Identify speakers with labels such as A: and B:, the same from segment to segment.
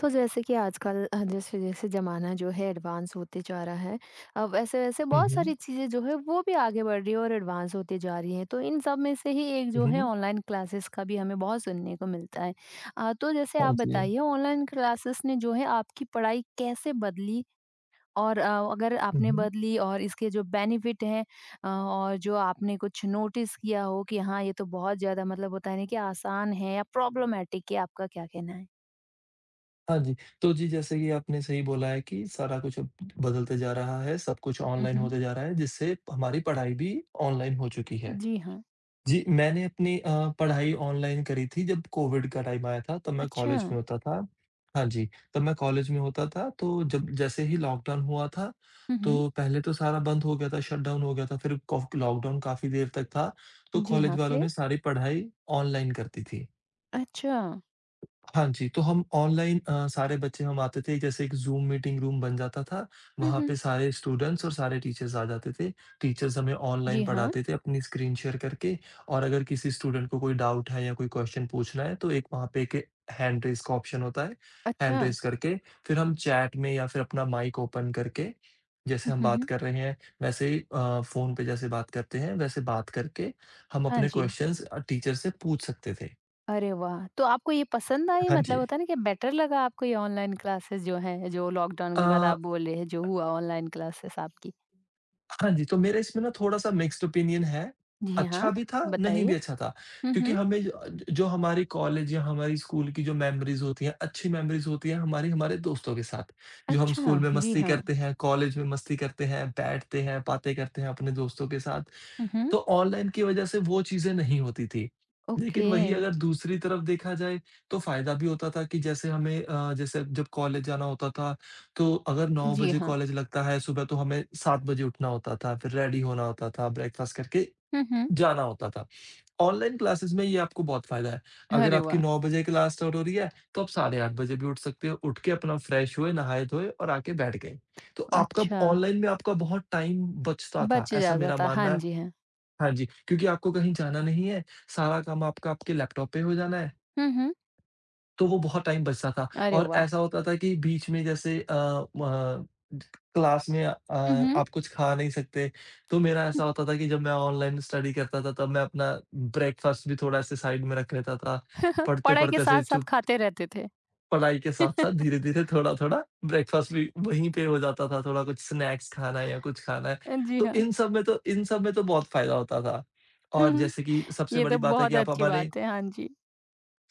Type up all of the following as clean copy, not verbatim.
A: तो जैसे कि आजकल जैसे जैसे ज़माना जो है एडवांस होते जा रहा है। वैसे वैसे
B: हुँ,
A: बहुत सारी
B: हुँ।
A: चीज़ें जो है वो भी आगे बढ़ रही है और एडवांस होती जा रही हैं, तो इन सब में से ही एक
B: हुँ,
A: जो है
B: हुँ।
A: ऑनलाइन क्लासेस का भी हमें बहुत सुनने को मिलता है। तो जैसे आप
B: हाँ जी।
A: बताइए ऑनलाइन क्लासेस ने जो है आपकी पढ़ाई कैसे बदली और अगर
B: हुँ,
A: आपने
B: हुँ।
A: बदली और इसके जो बेनिफिट हैं, और जो आपने कुछ नोटिस किया हो कि हाँ ये तो बहुत ज़्यादा मतलब होता है ना कि आसान है या प्रॉब्लमेटिक है, आपका क्या कहना है?
B: हाँ जी, तो जी जैसे कि आपने सही बोला है कि सारा कुछ अब बदलते जा रहा है, सब कुछ
A: हुँ,
B: ऑनलाइन
A: हुँ।
B: होते जा रहा है जिससे हमारी पढ़ाई भी ऑनलाइन हो चुकी है।
A: जी हाँ।
B: जी, मैंने अपनी पढ़ाई ऑनलाइन करी थी जब कोविड का टाइम आया था तब मैं
A: अच्छा।
B: कॉलेज में होता था। हाँ जी, तब मैं कॉलेज में होता था तो जब जैसे ही लॉकडाउन हुआ था,
A: हुँ, हुँ।
B: तो पहले तो सारा बंद हो गया था, शटडाउन हो गया था, फिर कॉफ लॉकडाउन काफ़ी देर तक था, तो
A: जी
B: कॉलेज
A: हाँ,
B: वालों
A: फिर?
B: ने सारी पढ़ाई ऑनलाइन कर दी थी।
A: अच्छा।
B: हाँ जी, तो हम ऑनलाइन सारे बच्चे हम आते थे जैसे एक ज़ूम मीटिंग रूम बन जाता था,
A: हुँ,
B: वहाँ
A: हुँ।
B: पे सारे स्टूडेंट्स और सारे टीचर्स आ जाते थे। टीचर्स हमें
A: जी
B: ऑनलाइन
A: हाँ।
B: पढ़ाते थे अपनी स्क्रीन शेयर करके और अगर किसी स्टूडेंट को कोई डाउट है या कोई क्वेश्चन पूछना है तो एक वहाँ पे एक हैंड रेज़ का ऑप्शन होता है, हैंड
A: अच्छा।
B: रेज़ करके फिर हम चैट में या फिर अपना माइक ओपन करके जैसे
A: हुँ,
B: हम बात
A: हुँ।
B: कर रहे हैं वैसे ही फ़ोन पे जैसे बात करते हैं वैसे बात करके हम
A: हाँ
B: अपने
A: जी।
B: क्वेश्चंस टीचर से पूछ सकते थे।
A: अरे वाह! तो आपको ये पसंद आई,
B: हाँ
A: मतलब
B: जी।
A: होता है ना कि बेटर लगा आपको ये ऑनलाइन क्लासेस जो हैं, जो लॉकडाउन
B: अ
A: के बाद आप बोल रहे हैं जो हुआ ऑनलाइन क्लासेस आपकी?
B: हाँ जी, तो मेरा इसमें ना थोड़ा-सा मिक्स्ड ओपिनियन है।
A: जी हाँ,
B: अच्छा भी था, नहीं भी
A: बताइए।
B: अच्छा था।
A: हुँ,
B: क्योंकि
A: हुँ।
B: हमें जो हमारी कॉलेज या हमारी स्कूल की जो मेमोरीज़ होती हैं, अच्छी मेमोरीज़ होती हैं हमारी हमारे दोस्तों के साथ। जो हम
A: अच्छा,
B: स्कूल में
A: जी
B: मस्ती
A: हाँ।
B: करते हैं, कॉलेज में मस्ती करते हैं, बैठते हैं, बातें करते हैं अपने दोस्तों के साथ।
A: हुँ, हुँ।
B: तो ऑनलाइन की वजह से वो चीज़ें नहीं होती थी। लेकिन
A: ओके।
B: वही अगर दूसरी तरफ देखा जाए, तो फ़ायदा भी होता था कि जैसे हमें जैसे जब कॉलेज जाना होता था तो अगर 9
A: जी
B: बजे
A: हाँ।
B: कॉलेज लगता है, सुबह तो हमें 7 बजे उठना होता था, फिर रेडी होना होता था, ब्रेकफ़ास्ट करके
A: हुँ, हुँ।
B: जाना होता था। ऑनलाइन क्लासेस में ये आपको बहुत फ़ायदा है। अगर
A: अरे
B: आपकी
A: वाह!
B: 9 बजे क्लास स्टार्ट हो रही है, तो आप साढ़े 8 बजे भी उठ सकते हो, उठ के अपना फ्रेश हुए, नहाए-धोए और आके बैठ गए। तो आपका
A: अच्छा,
B: ऑनलाइन में आपका बहुत टाइम बचता था,
A: बच
B: ऐसा
A: जाता
B: मेरा
A: था। हाँ
B: मानना है।
A: जी, हाँ।
B: हाँ जी, क्योंकि आपको कहीं जाना नहीं है, सारा काम आपका आपके लैपटॉप पे हो जाना है।
A: हुँ, हुँ।
B: तो वो बहुत टाइम बचता था
A: अरे
B: और
A: वाह!
B: ऐसा होता था कि बीच में जैसे अ, म क्लास में
A: हुँ, हुँ।
B: आप कुछ खा नहीं सकते, तो मेरा ऐसा होता था कि जब मैं ऑनलाइन स्टडी करता था, तब मैं अपना ब्रेकफ़ास्ट भी थोड़ा ऐसे साइड में रख लेता था।
A: पढ़ाई के
B: पढ़ते-पढ़ते ऐसे
A: साथ-साथ
B: चुप
A: खाते रहते थे।
B: पढ़ाई के साथ-साथ धीरे-धीरे थोड़ा-थोड़ा ब्रेकफ़ास्ट भी वहीं पे हो जाता था, थोड़ा कुछ स्नैक्स खाना है या कुछ खाना है।
A: जी हाँ।
B: इन सब में तो बहुत फ़ायदा होता था।
A: हुँ,
B: और
A: हुँ।
B: जैसे कि
A: ये तो बहुत अच्छी बात है। हाँ जी।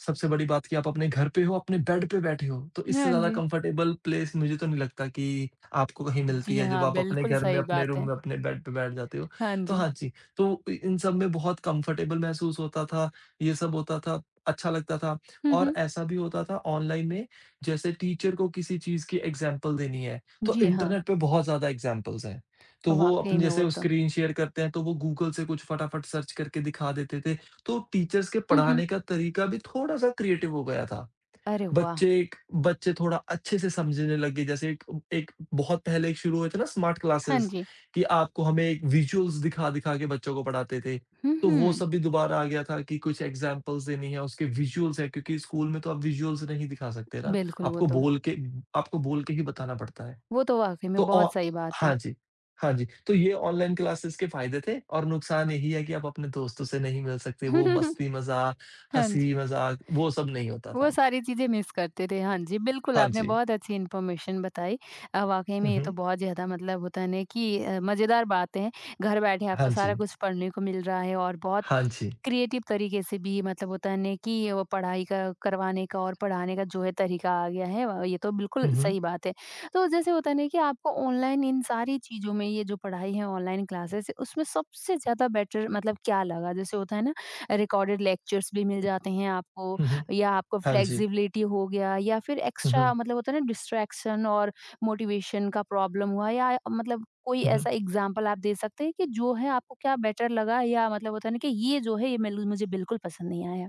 B: सबसे बड़ी बात कि आप अपने घर पे हो, अपने बेड पे बैठे हो, तो इससे
A: हाँ
B: ज़्यादा
A: जी।
B: कंफर्टेबल प्लेस मुझे तो नहीं लगता कि आपको कहीं मिलती
A: जी
B: है, जब
A: हाँ,
B: आप अपने
A: बिल्कुल
B: घर में,
A: सही
B: अपने
A: बात
B: रूम
A: है।
B: में, अपने बेड पे बैठ जाते हो।
A: हाँ
B: तो
A: जी।
B: हाँ जी, तो इ इन सब में बहुत कंफर्टेबल महसूस होता था, ये सब होता था, अच्छा लगता था
A: हुँ,
B: और
A: हुँ।
B: ऐसा भी होता था ऑनलाइन में जैसे टीचर को किसी चीज़ की एग्ज़ाम्पल देनी है, तो
A: जी हाँ,
B: इंटरनेट पे बहुत ज़्यादा एग्ज़ाम्पल्स हैं। तो वो
A: वाक़ई
B: अपने
A: में वो
B: जैसे
A: तो।
B: स्क्रीन शेयर करते हैं, तो वो गूगल से कुछ फटाफट सर्च करके दिखा देते थे तो टीचर्स के
A: हुँ, हुँ।
B: पढ़ाने का तरीका भी थोड़ा-सा क्रिएटिव हो गया था।
A: अरे वाह!
B: बच्चे एक बच्चे थोड़ा अच्छे से समझने लगे जैसे एक एक बहुत पहले एक शुरू हुए थे ना स्मार्ट
A: हाँ
B: क्लासेस
A: जी।
B: कि आपको हमें एक विजुअल्स दिखा-दिखा के बच्चों को पढ़ाते थे।
A: हुँ,
B: तो वो
A: हुँ।
B: सब भी दोबारा आ गया था कि कुछ एग्ज़ाम्पल्स देनी है, उसके विजुअल्स है क्योंकि स्कूल में तो आप विजुअल्स नहीं दिखा सकते ना,
A: बिल्कुल वो
B: आपको
A: तो।
B: बोल के आपको बोल के ही बताना पड़ता है।
A: वो तो वाक़ई
B: तो
A: में
B: औ
A: बहुत सही बात है।
B: हाँ जी। हाँ जी, तो ये ऑनलाइन क्लासेस के फ़ायदे थे और नुकसान यही है कि आप अपने दोस्तों से नहीं मिल सकते, वो मस्ती-मज़ाक,
A: हाँ जी।
B: हँसी-मज़ाक वो सब नहीं होता
A: वो
B: था।
A: सारी चीज़ें मिस करते थे। हाँ जी, बिल्कुल
B: हाँ
A: आपने
B: जी।
A: बहुत अच्छी इन्फॉर्मेशन बताई। वाक़ई में
B: हुँ,
A: ये तो
B: हुँ।
A: बहुत ज़्यादा मतलब होता है ना कि मज़ेदार बातें हैं। घर बैठे आपको
B: हाँ
A: सारा
B: जी।
A: कुछ पढ़ने को मिल रहा है और बहुत
B: हाँ जी।
A: क्रिएटिव तरीके से भी मतलब होता है ना कि वो पढ़ाई का करवाने का और पढ़ाने का जो है तरीका आ गया है। व ये तो बिल्कुल
B: हुँ, हुँ।
A: सही बात है। तो जैसे होता है ना कि आपको ऑनलाइन इन सारी चीज़ों में ये जो पढ़ाई है ऑनलाइन क्लासेस उसमें सबसे ज़्यादा बेटर मतलब क्या लगा? जैसे होता है ना, रिकॉर्डेड लेक्चर्स भी मिल जाते हैं आपको
B: हुँ, हुँ।
A: या आपको
B: हाँ जी।
A: फ्लेक्सिबिलिटी हो गया या फिर
B: हुँ,
A: एक्स्ट्रा
B: हुँ।
A: मतलब होता है ना डिस्ट्रैक्शन और मोटिवेशन का प्रॉब्लम हुआ, या मतलब कोई
B: हुँ, हुँ।
A: ऐसा एग्जाम्पल आप दे सकते हैं कि जो है आपको क्या बेटर लगा या मतलब होता है ना कि ये जो है ये मुझे बिल्कुल पसंद नहीं आया।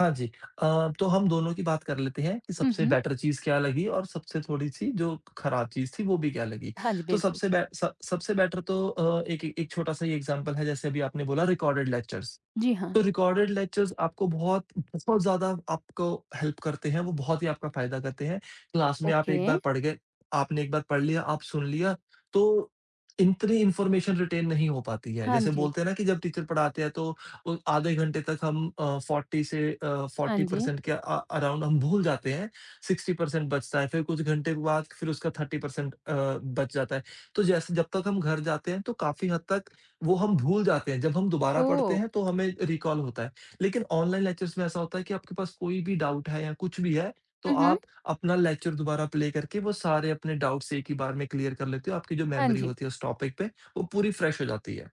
B: हाँ जी। तो हम दोनों की बात कर लेते हैं कि
A: हुँ,
B: सबसे
A: हुँ,
B: बेटर चीज़ क्या लगी और सबसे थोड़ी-सी जो खराब चीज़ थी, वो भी क्या लगी।
A: हाँ जी,
B: तो
A: बिल्कुल।
B: सबसे बे स सबसे बेटर तो एक एक छोटा-सा ही एग्ज़ाम्पल है, जैसे अभी आपने बोला रिकॉर्डेड लेक्चर्स।
A: जी हाँ,
B: तो रिकॉर्डेड लेक्चर्स आपको बहुत बहुत ज़्यादा आपको हेल्प करते हैं, वो बहुत ही आपका फ़ायदा करते हैं। क्लास में आप
A: ओके।
B: एक बार पढ़ गए, आपने एक बार पढ़ लिया, आप सुन लिया, तो इतनी इन्फॉर्मेशन रिटेन नहीं हो पाती है।
A: हाँ
B: जैसे
A: जी,
B: बोलते हैं ना कि जब टीचर पढ़ाते हैं तो वो आधे घंटे तक हम 40 से
A: हाँ जी।
B: 40% के अराउंड हम भूल जाते हैं, 60% बचता है, फिर कुछ घंटे के बाद फिर उसका 30% बच जाता है। तो जैसे जब तक हम घर जाते हैं तो काफ़ी हद तक वो हम भूल जाते हैं, जब हम दोबारा पढ़ते
A: ओह!
B: हैं तो हमें रिकॉल होता है। लेकिन ऑनलाइन लेक्चर्स में ऐसा होता है कि आपके पास कोई भी डाउट है या कुछ भी है, तो
A: हुँ, हुँ,
B: आप अपना लेक्चर दोबारा प्ले करके वो सारे अपने डाउट्स एक ही बार में क्लियर कर लेते हो। आपकी जो
A: हाँ
B: मेमोरी
A: जी।
B: होती है उस टॉपिक पे, वो पूरी फ्रेश हो जाती है।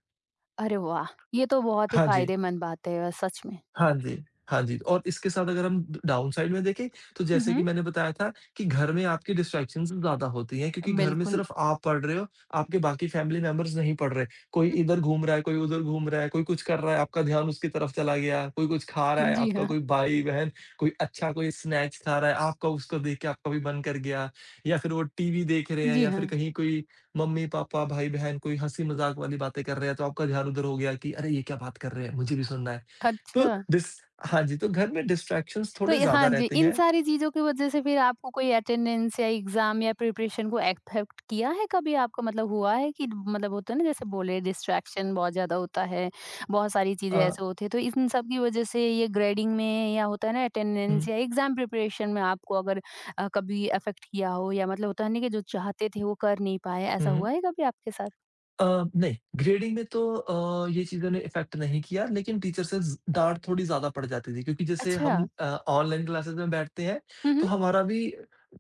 A: अरे वाह! ये तो बहुत ही
B: हाँ जी।
A: फ़ायदेमंद बात है सच में।
B: हाँ जी, हाँ जी। और इसके साथ अगर हम ड डाउनसाइड में देखें, तो
A: हुँ,
B: जैसे
A: हुँ,
B: कि मैंने बताया था कि घर में आपकी डिस्ट्रैक्शंस ज़्यादा होती हैं क्योंकि घर में
A: बिल्कुल।
B: सिर्फ़ आप पढ़ रहे हो, आपके बाकी फैमिली मेंबर्स नहीं पढ़ रहे। कोई इधर घूम रहा है, कोई उधर घूम रहा है, कोई कुछ कर रहा है, आपका ध्यान उसकी तरफ चला गया, कोई कुछ खा रहा है,
A: जी
B: आपका
A: हाँ,
B: कोई भाई-बहन कोई अच्छा कोई स्नैक्स खा रहा है, आपका उसको देख के आपका भी मन कर गया या फिर वो टीवी देख रहे हैं
A: जी
B: या फिर
A: हाँ।
B: कहीं कोई मम्मी-पापा, भाई-बहन कोई हँसी-मज़ाक वाली बातें कर रहे हैं, तो आपका ध्यान उधर हो गया कि अरे! ये क्या बात कर रहे हैं, मुझे भी सुनना है। तो
A: अच्छा।
B: डिस हाँ जी, तो घर में डिस्ट्रैक्शंस
A: तो
B: थोड़े
A: ये हाँ
B: ज़्यादा
A: जी,
B: रहते
A: इन
B: हैं।
A: सारी चीज़ों की वजह से फिर आपको कोई अटेंडेंस या एग्ज़ाम या प्रिपरेशन को अफेक्ट किया है कभी आपका, मतलब हुआ है कि मतलब होता है ना, जैसे बोले डिस्ट्रैक्शन बहुत ज़्यादा होता है, बहुत सारी चीज़ें
B: अ,
A: ऐसे होती हैं, तो इन सब की वजह से ये ग्रेडिंग में या होता है ना अटेंडेंस
B: हुँ,
A: या एग्ज़ाम प्रिपरेशन में आपको अगर कभी अफेक्ट किया हो या मतलब होता है ना कि जो चाहते थे वो कर नहीं पाए, ऐसा
B: हुँ।
A: हुआ है कभी आपके साथ?
B: अ, नहीं, ग्रेडिंग में तो ये चीज़ों ने इफ़ेक्ट नहीं किया, लेकिन टीचर से ज़ डाँट थोड़ी ज़्यादा पड़ जाती थी क्योंकि जैसे
A: अच्छा।
B: हम ऑनलाइन क्लासेज़ में बैठते हैं,
A: हुँ, हुँ।
B: तो हमारा भी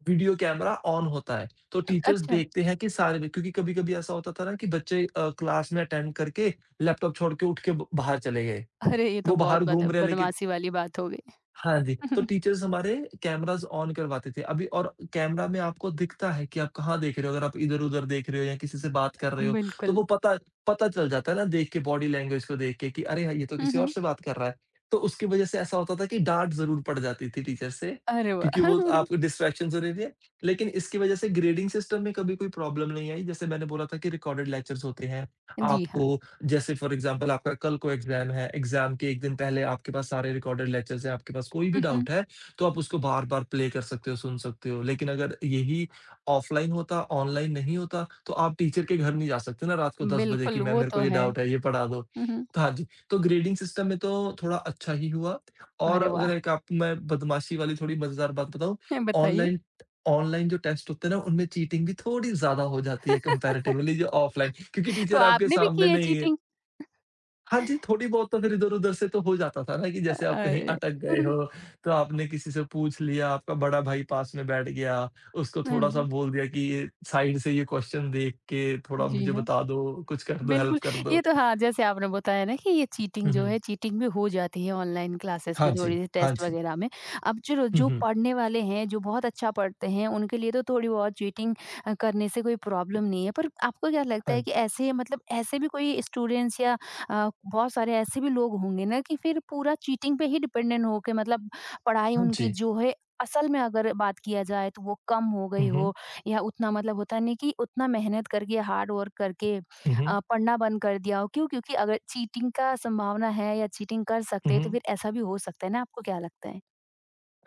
B: वीडियो कैमरा ऑन होता है। तो टीचर्स
A: अच्छा।
B: देखते हैं कि सारे बच क्योंकि कभी-कभी ऐसा होता था ना कि बच्चे क्लास में अटेंड करके लैपटॉप छोड़ के उठ के ब बाहर चले गए।
A: अरे! ये तो
B: वो
A: बहुत
B: बाहर
A: बद
B: घूम रहे हैं लेकिन
A: बदमाशी वाली बात हो गई।
B: हाँ जी, तो टीचर्स हमारे कैमराज़ ऑन करवाते थे। अभी और कैमरा में आपको दिखता है कि आप कहाँ देख रहे हो, अगर आप इधर-उधर देख रहे हो या किसी से बात कर रहे हो, तो
A: बिल्कुल।
B: वो पता पता चल जाता है ना देख के, बॉडी लैंग्वेज को देख के कि अरे! हाँ, ये तो
A: हुँ,
B: किसी और
A: हुँ।
B: से बात कर रहा है। तो उसकी वज़ह से ऐसा होता था कि डाँट ज़रूर पड़ जाती थी टीचर से,
A: अरे वाह!
B: क्योंकि वो आपको डिस्ट्रैक्शन ज़रूरी है। लेकिन इसकी वज़ह से ग्रेडिंग सिस्टम में कभी कोई प्रॉब्लम नहीं आई। जैसे मैंने बोला था कि रिकॉर्डेड लेक्चर्स होते हैं,
A: जी हाँ।
B: आपको जैसे फ़ॉर एग्ज़ाम्पल आपका कल को एग्ज़ाम है, एग्ज़ाम के 1 दिन पहले आपके पास सारे रिकॉर्डेड लेक्चर्स हैं, आपके पास कोई भी
A: हुँ, हुँ।
B: डाउट है, तो आप उसको बार-बार प्ले कर सकते हो, सुन सकते हो। लेकिन अगर यही ऑफ़लाइन होता, ऑनलाइन नहीं होता, तो आप टीचर के घर नहीं जा सकते ना रात को 10 बजे कि
A: बिल्कुल,
B: मैम
A: वो
B: मेरे
A: तो
B: को ये
A: है।
B: डाउट है, ये पढ़ा दो।
A: हुँ, हुँ।
B: तो हाँ जी, तो ग्रेडिंग सिस्टम में तो थोड़ा अच्छा ही हुआ और
A: अरे वाह!
B: अगर एक आप मैं बदमाशी वाली थोड़ी मज़ेदार बात बताऊँ,
A: बताइए?
B: ऑनलाइन ऑनलाइन जो टेस्ट होते हैं ना, उनमें चीटिंग भी थोड़ी ज़्यादा हो जाती है कंपैरेटिवली जो ऑफ़लाइन क्योंकि
A: तो
B: टीचर आपके
A: आपने भी की
B: सामने
A: है
B: नहीं है।
A: चीटिंग?
B: हाँ जी, थोड़ी बहुत तो फिर इधर-उधर से तो हो जाता था ना कि जैसे आप कहीं
A: अरे!
B: अटक
A: हुँ,
B: गए
A: हुँ।
B: हो, तो आपने किसी से पूछ लिया, आपका बड़ा भाई पास में बैठ गया, उसको
A: हाँ
B: थोड़ा-सा
A: जी।
B: बोल दिया कि ये साइड से ये क्वेश्चन देख के थोड़ा
A: जी
B: मुझे
A: हाँ।
B: बता दो, कुछ कर दो,
A: बिल्कुल,
B: हेल्प कर
A: ये
B: दो।
A: तो हाँ, जैसे आपने बताया ना कि ये चीटिंग
B: हुँ,
A: जो
B: हुँ।
A: है, चीटिंग भी हो जाती है ऑनलाइन क्लासेस में
B: हाँ जी,
A: थोड़ी-सी
B: हाँ
A: टेस्ट
B: जी।
A: वगैरह में। अब जो
B: हुँ,
A: जो
B: हुँ।
A: पढ़ने वाले हैं, जो बहुत अच्छा पढ़ते हैं, उनके लिए तो थोड़ी बहुत चीटिंग करने से कोई प्रॉब्लम नहीं है। पर आपको क्या लगता है
B: हाँ,
A: कि ऐसे मतलब ऐसे भी कोई स्टूडेंट्स या बहुत सारे ऐसे भी लोग होंगे ना कि फिर पूरा चीटिंग पे ही डिपेंडेंट हो के मतलब पढ़ाई
B: हाँ
A: उनकी
B: जी।
A: जो है असल में अगर बात किया जाए तो वो कम हो गई
B: हुँ, हुँ।
A: हो या उतना मतलब होता नहीं कि उतना मेहनत करके हार्ड वर्क करके
B: हुँ, हुँ।
A: पढ़ना बंद कर दिया हो, क्यों? क्योंकि अगर चीटिंग का संभावना है या चीटिंग कर सकते
B: हुँ,
A: हैं तो
B: हुँ।
A: फिर ऐसा भी हो सकता है ना, आपको क्या लगता है?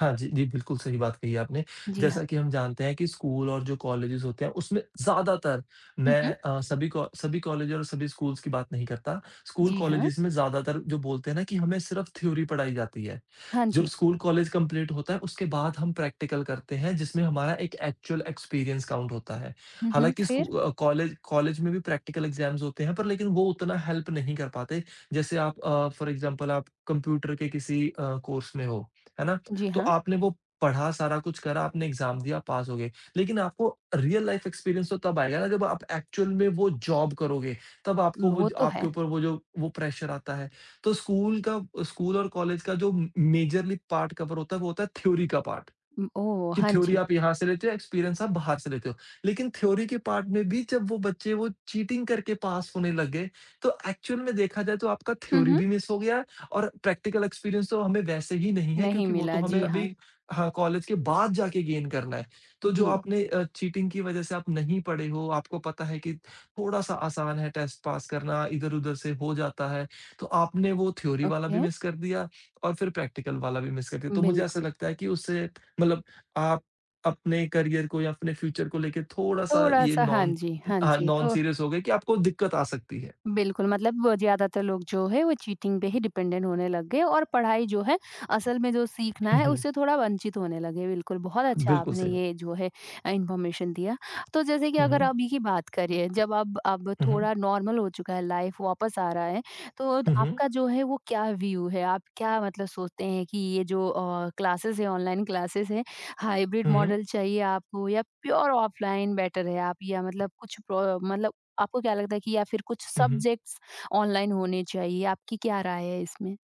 B: हाँ जी, जी, बिल्कुल सही बात कही आपने।
A: जी हाँ।
B: जैसा कि हम जानते हैं कि स्कूल और जो कॉलेजेज़ होते हैं, उसमें ज़्यादातर
A: हुँ,
B: मैं
A: हुँ।
B: अ, सभी कॉ सभी कॉलेज और सभी स्कूल्स की बात नहीं करता। स्कूल
A: जी हाँ।
B: कॉलेजेज़ में ज़्यादातर जो बोलते हैं ना कि हमें सिर्फ़ थ्योरी पढ़ाई जाती है।
A: हाँ
B: जब
A: जी।
B: स्कूल कॉलेज कंप्लीट होता है, उसके बाद हम प्रैक्टिकल करते हैं, जिसमें हमारा एक एक्चुअल एक्सपीरियंस काउंट होता है।
A: हुँ, हुँ।
B: हालाँकि
A: फिर?
B: कॉलेज कॉलेज में भी प्रैक्टिकल एग्ज़ाम्स होते हैं, पर लेकिन वो उतना हेल्प नहीं कर पाते। जैसे फॉर एग्ज़ाम्पल आप कंप्यूटर के किसी कोर्स में हो, है ना?
A: जी
B: तो
A: हाँ।
B: आपने वो पढ़ा, सारा कुछ करा, आपने एग्ज़ाम दिया, पास हो गए। लेकिन आपको रियल लाइफ़ एक्सपीरियंस तो तब आएगा ना जब आप एक्चुअल में वो जॉब करोगे, तब आपको वो
A: वो
B: ज
A: तो है।
B: आपके ऊपर वो प्रेशर आता है। तो स्कूल और कॉलेज का जो म मेजरली पार्ट कवर होता है, वो होता है थ्योरी का पार्ट।
A: उम, ओह!
B: कि
A: हाँ
B: थ्योरी
A: जी।
B: आप यहाँ से लेते हो, एक्सपीरियंस आप बाहर से लेते हो। लेकिन थ्योरी के पार्ट में भी जब वो बच्चे वो चीटिंग करके पास होने लग गए, तो एक्चुअल में देखा जाए तो आपका
A: हुँ,
B: थ्योरी
A: हुँ।
B: भी मिस हो गया है और प्रैक्टिकल एक्सपीरियंस तो हमें वैसे ही नहीं है
A: नहीं
B: क्योंकि वो तो
A: मिला।
B: हमें
A: जी हाँ।
B: अभी, हाँ, कॉलेज के बाद जाके गेन करना है। तो जो
A: जी।
B: आपने चीटिंग की वजह से आप नहीं पढ़े हो, आपको पता है कि थोड़ा-सा आसान है टेस्ट पास करना, इधर-उधर से हो जाता है, तो आपने वो थ्योरी वाला
A: ओके।
B: भी मिस कर दिया और फिर प्रैक्टिकल वाला भी मिस कर दिया। तो मुझे ऐसा
A: बिल्कुल।
B: लगता है कि उससे मतलब आप अपने करियर को या अपने फ्यूचर को लेके थोड़ा-सा ये
A: थोड़ा-सा हाँ
B: नॉन
A: जी, हाँ
B: हाँ,
A: जी।
B: नॉन
A: थो
B: सीरियस हो गए कि आपको दिक्कत आ सकती है।
A: बिल्कुल, मतलब ज़्यादातर लोग जो है वो चीटिंग पे ही डिपेंडेंट होने लग गए और पढ़ाई जो है असल में जो सीखना
B: हुँ,
A: है
B: हुँ।
A: उससे थोड़ा वंचित होने लगे, बिल्कुल बहुत अच्छा
B: बिल्कुल
A: आपने
B: सही बात।
A: ये जो है इन्फॉर्मेशन दिया। तो जैसे कि
B: हुँ,
A: अगर
B: हुँ।
A: अभी की बात करें, जब अब
B: हुँ, हुँ।
A: थोड़ा नॉर्मल हो चुका है, लाइफ वापस आ रहा है, तो
B: हुँ, हुँ।
A: आपका जो है वो क्या व्यू है? आप क्या मतलब सोचते हैं कि ये जो क्लासेस है ऑनलाइन क्लासेस है, हाइब्रिड
B: हुँ, हुँ।
A: मॉडल चाहिए आपको या प्योर ऑफलाइन बेटर है आप या मतलब कुछ प्रो मतलब आपको क्या लगता है कि या फिर कुछ
B: हुँ, हुँ।
A: सब्जेक्ट्स ऑनलाइन होने चाहिए? आपकी क्या राय है इसमें?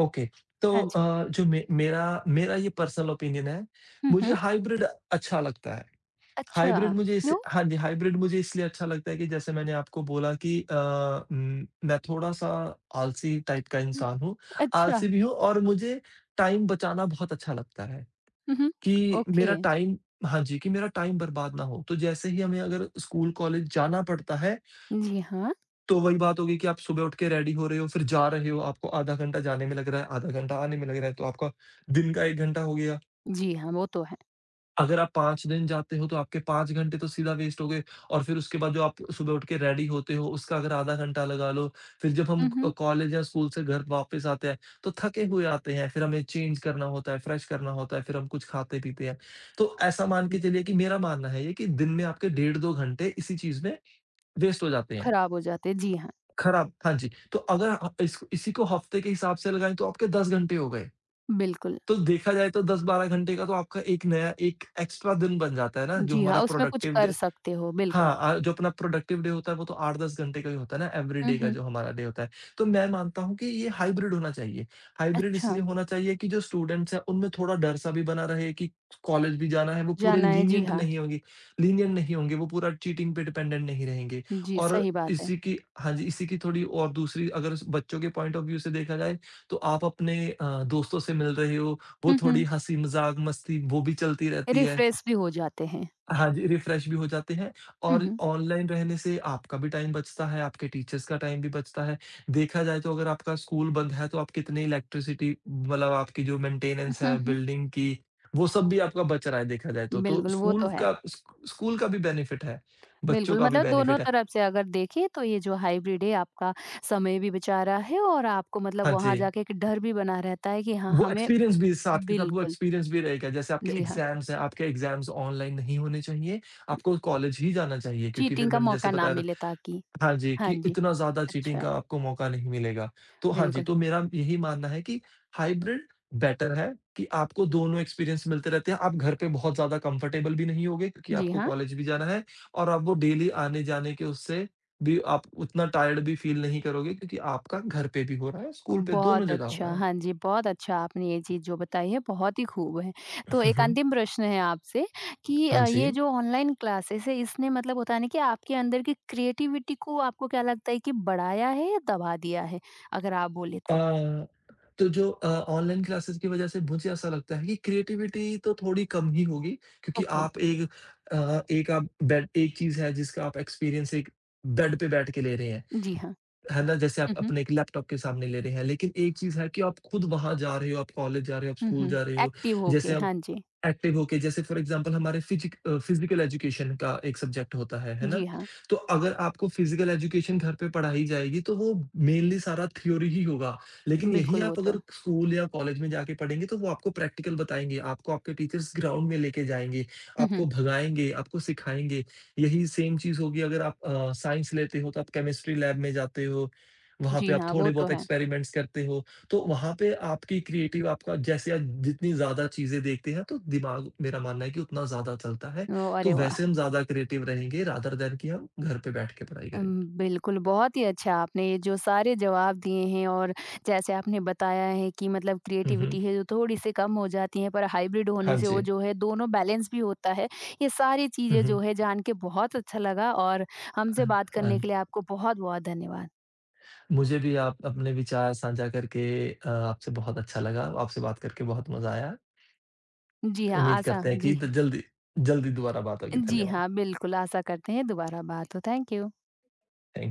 B: ओके। तो
A: हाँ जी।
B: जो मे मेरा मेरा ये पर्सनल ओपिनियन है,
A: हुँ,
B: मुझे
A: हुँ।
B: हाइब्रिड अच्छा लगता है।
A: अच्छा,
B: हाइब्रिड मुझे इस
A: क्यों?
B: हाँ जी, हाइब्रिड मुझे इसलिए अच्छा लगता है कि जैसे मैंने आपको बोला कि मैं थोड़ा-सा आलसी टाइप का
A: हुँ,
B: इंसान हूँ।
A: अच्छा।
B: आलसी भी हूँ और मुझे टाइम बचाना बहुत अच्छा लगता है।
A: हुँ, हुँ।
B: कि
A: ओके।
B: मेरा टाइम हाँ जी, कि मेरा टाइम बर्बाद ना हो। तो जैसे ही हमें अगर स्कूल, कॉलेज जाना पड़ता है,
A: जी हाँ।
B: तो वही बात होगी कि आप सुबह उठ के रेडी हो रहे हो, फिर जा रहे हो, आपको आधा घंटा जाने में लग रहा है, आधा घंटा आने में लग रहा है, तो आपका दिन का 1 घंटा हो गया।
A: जी हाँ, वो तो है।
B: अगर आप 5 दिन जाते हो तो आपके 5 घंटे तो सीधा वेस्ट हो गए और फिर उसके बाद जो आप सुबह उठ के रेडी होते हो उसका अगर आधा घंटा लगा लो, फिर जब
A: हुँ,
B: हम
A: हुँ।
B: कॉलेज या स्कूल से घर वापस आते हैं तो थके हुए आते हैं, फिर हमें चेंज करना होता है, फ्रेश करना होता है, फिर हम कुछ खाते-पीते हैं। तो ऐसा मान के चलिए कि मेरा मानना है ये कि दिन में आपके डेढ़ 2 घंटे इसी चीज़ में वेस्ट हो जाते हैं,
A: खराब हो जाते हैं। जी हाँ,
B: खराब, हाँ जी, तो अगर इस इसी को हफ्ते के हिसाब से लगाएँ तो आपके 10 घंटे हो गए।
A: बिल्कुल।
B: तो देखा जाए तो 10-12 घंटे का तो आपका एक नया एक एक्स्ट्रा दिन बन जाता है ना, जो
A: जी हाँ,
B: हमारा
A: उसमें कुछ
B: प्रोडक्टिव
A: कर
B: द
A: सकते हो, बिल्कुल।
B: हाँ, जो अपना प्रोडक्टिव डे होता है वो तो 8-10 घंटे का ही होता है ना
A: हुँ,
B: एवरीडे का
A: हुँ।
B: जो हमारा डे होता है। तो मैं मानता हूँ कि ये हाइब्रिड होना चाहिए। हाइब्रिड
A: अच्छा,
B: इसलिए होना चाहिए कि जो स्टूडेंट्स हैं उनमें थोड़ा डर सा भी बना रहे कि कॉलेज भी जाना है, वो पूरे
A: जाना है, जी
B: लीनिएंट
A: हाँ।
B: नहीं होंगे, लीनिएंट नहीं होंगे, वो पूरा चीटिंग पे डिपेंडेंट नहीं रहेंगे।
A: जी,
B: और
A: सही बात है।
B: इसी की हाँ जी, इसी की थोड़ी और दूसरी अगर स बच्चों के पॉइंट ऑफ व्यू से देखा जाए तो आप अपने दोस्तों से मिल रहे हो, वो
A: हुँ, हुँ।
B: थोड़ी हँसी-मज़ाक, मस्ती वो भी चलती रहती है।
A: रिफ्रेश भी हो जाते हैं।
B: हाँ जी, रिफ्रेश भी हो जाते हैं
A: हुँ,
B: और
A: हुँ।
B: ऑनलाइन रहने से आपका भी टाइम बचता है, आपके टीचर्स का टाइम भी बचता है। देखा जाए तो अगर आपका स्कूल बंद है तो आप कितने इलेक्ट्रिसिटी मतलब आपकी जो मेंटेनेंस
A: हुँ,
B: है
A: हुँ।
B: बिल्डिंग की, वो सब भी आपका बच रहा है देखा जाए तो। तो
A: बिल्कुल, वो तो है।
B: स्कूल का भी बेनिफिट है, बच्चों
A: बिल्कुल,
B: का भी
A: मतलब दोनों
B: बेनिफिट है।
A: तरफ से अगर देखें तो ये जो हाइब्रिड है आपका समय भी बचा रहा है और आपको मतलब
B: हाँ
A: वहाँ
B: जी,
A: जाके एक डर भी बना रहता है कि हाँ,
B: वो
A: हमें
B: एक्सपीरियंस भी साथ के साथ वो
A: बिल्कुल,
B: एक्सपीरियंस भी रहेगा। जैसे आपके
A: जी हाँ,
B: एग्ज़ाम्स हैं, आपके एग्ज़ाम्स ऑनलाइन नहीं होने चाहिए, आपको कॉलेज ही जाना चाहिए क्योंकि
A: चीटिंग
B: फिर
A: का
B: मैंने जैसे
A: मौका ना
B: बताया था,
A: मिले ताकि
B: हाँ जी,
A: हाँ
B: कि
A: जी,
B: इतना ज़्यादा चीटिंग
A: अच्छा,
B: का आपको मौका नहीं मिलेगा। तो हाँ जी,
A: बिल्कुल,
B: तो मेरा यही मानना है कि हाइब्रिड बेटर है कि आपको दोनों एक्सपीरियंस मिलते रहते हैं। आप घर पे बहुत ज़्यादा कंफर्टेबल भी नहीं होगे क्योंकि
A: जी
B: आपको
A: हाँ।
B: कॉलेज भी जाना है और आप वो डेली आने-जाने के उससे भी आप उतना टायर्ड भी फ़ील नहीं करोगे क्योंकि आपका घर पे भी हो रहा है, स्कूल पे दोनों
A: बहुत
B: जगह हो
A: अच्छा,
B: रहा है।
A: हाँ जी, बहुत अच्छा आपने ये चीज़ जो बताई है बहुत ही खूब है। तो
B: हुँ,
A: एक
B: हुँ।
A: अंतिम प्रश्न है आपसे, कि
B: हाँ
A: ये
B: जी।
A: जो ऑनलाइन क्लासेस है इसने मतलब होता है ना कि आपके अंदर की क्रिएटिविटी को आपको क्या लगता है कि बढ़ाया है या दबा दिया है? अगर आप बोले
B: अ
A: तो?
B: तो जो ऑनलाइन क्लासेस की वजह से मुझे ऐसा लगता है कि क्रिएटिविटी तो थोड़ी कम ही होगी क्योंकि
A: ओके,
B: आप एक अ, एक आप बेड एक चीज़ है जिसका आप एक्सपीरियंस एक बेड पे बैठ के ले रहे हैं।
A: जी हाँ।
B: है ना, जैसे आप
A: हुँ, हुँ।
B: अपने एक लैपटॉप के सामने ले रहे हैं, लेकिन एक चीज़ है कि आप खुद वहाँ जा रहे हो, आप कॉलेज जा रहे हो, आप
A: हुँ,
B: स्कूल
A: हुँ।
B: जा रहे हो।
A: एक्टिव होके,
B: जैसे आप
A: हाँ जी।
B: एक्टिव होके जैसे फॉर एग्ज़ाम्पल हमारे फिज़िकल एजुकेशन का एक सब्जेक्ट होता है ना?
A: जी हाँ,
B: तो अगर आपको फिज़िकल एजुकेशन घर पे पढ़ाई जाएगी, तो वो मेनली सारा थ्योरी ही होगा। लेकिन यही
A: बिल्कुल वो
B: आप
A: तो
B: अगर स्कूल या कॉलेज में जाके पढ़ेंगे, तो वो आपको प्रैक्टिकल बताएँगे, आपको आपके टीचर्स ग्राउंड में लेके जाएँगे,
A: हुँ, हुँ।
B: आपको भगाएँगे, आपको सिखाएँगे। यही सेम चीज़ होगी अगर आप साइंस लेते हो तो आप केमिस्ट्री लैब में जाते हो, वहाँ पे
A: जी
B: आप
A: हाँ, वो
B: थोड़े
A: तो
B: बहुत
A: है।
B: एक्सपेरिमेंट्स करते हो, तो वहाँ पे आपकी क्रिएटिव आपका जैसे आप जितनी ज़्यादा चीज़ें देखते हैं तो दिमाग मेरा मानना है कि उतना ज़्यादा चलता है,
A: ओ,
B: तो
A: अरे वाह!
B: वैसे हम ज़्यादा क्रिएटिव रहेंगे रादर दैन कि हम घर पे बैठ के पढ़ाई
A: उम,
B: करें।
A: बिल्कुल, बहुत ही अच्छा आपने ये जो सारे जवाब दिए हैं और जैसे आपने बताया है कि मतलब
B: हुँ, हुँ।
A: क्रिएटिविटी है जो थोड़ी-सी कम हो जाती है पर हाइब्रिड
B: हाँ,
A: होने
B: हाँ
A: से वो
B: जी।
A: जो है दोनों बैलेंस भी होता है। ये सारी
B: हुँ,
A: चीज़ें जो
B: हुँ।
A: है जान के बहुत अच्छा लगा और
B: अ,
A: हमसे बात करने के
B: अंत
A: लिए आपको बहुत-बहुत धन्यवाद।
B: मुझे भी आप अपने विचार साझा करके आपसे बहुत अच्छा लगा, आपसे बात करके बहुत मज़ा आया।
A: जी हाँ,
B: उम्मीद
A: आशा
B: करते हैं कि
A: जी,
B: द जल्दी जल्दी दोबारा बात होगी।
A: जी
B: धन्यवाद।
A: हाँ, बिल्कुल आशा करते हैं दोबारा बात हो। Thank you.
B: थैंक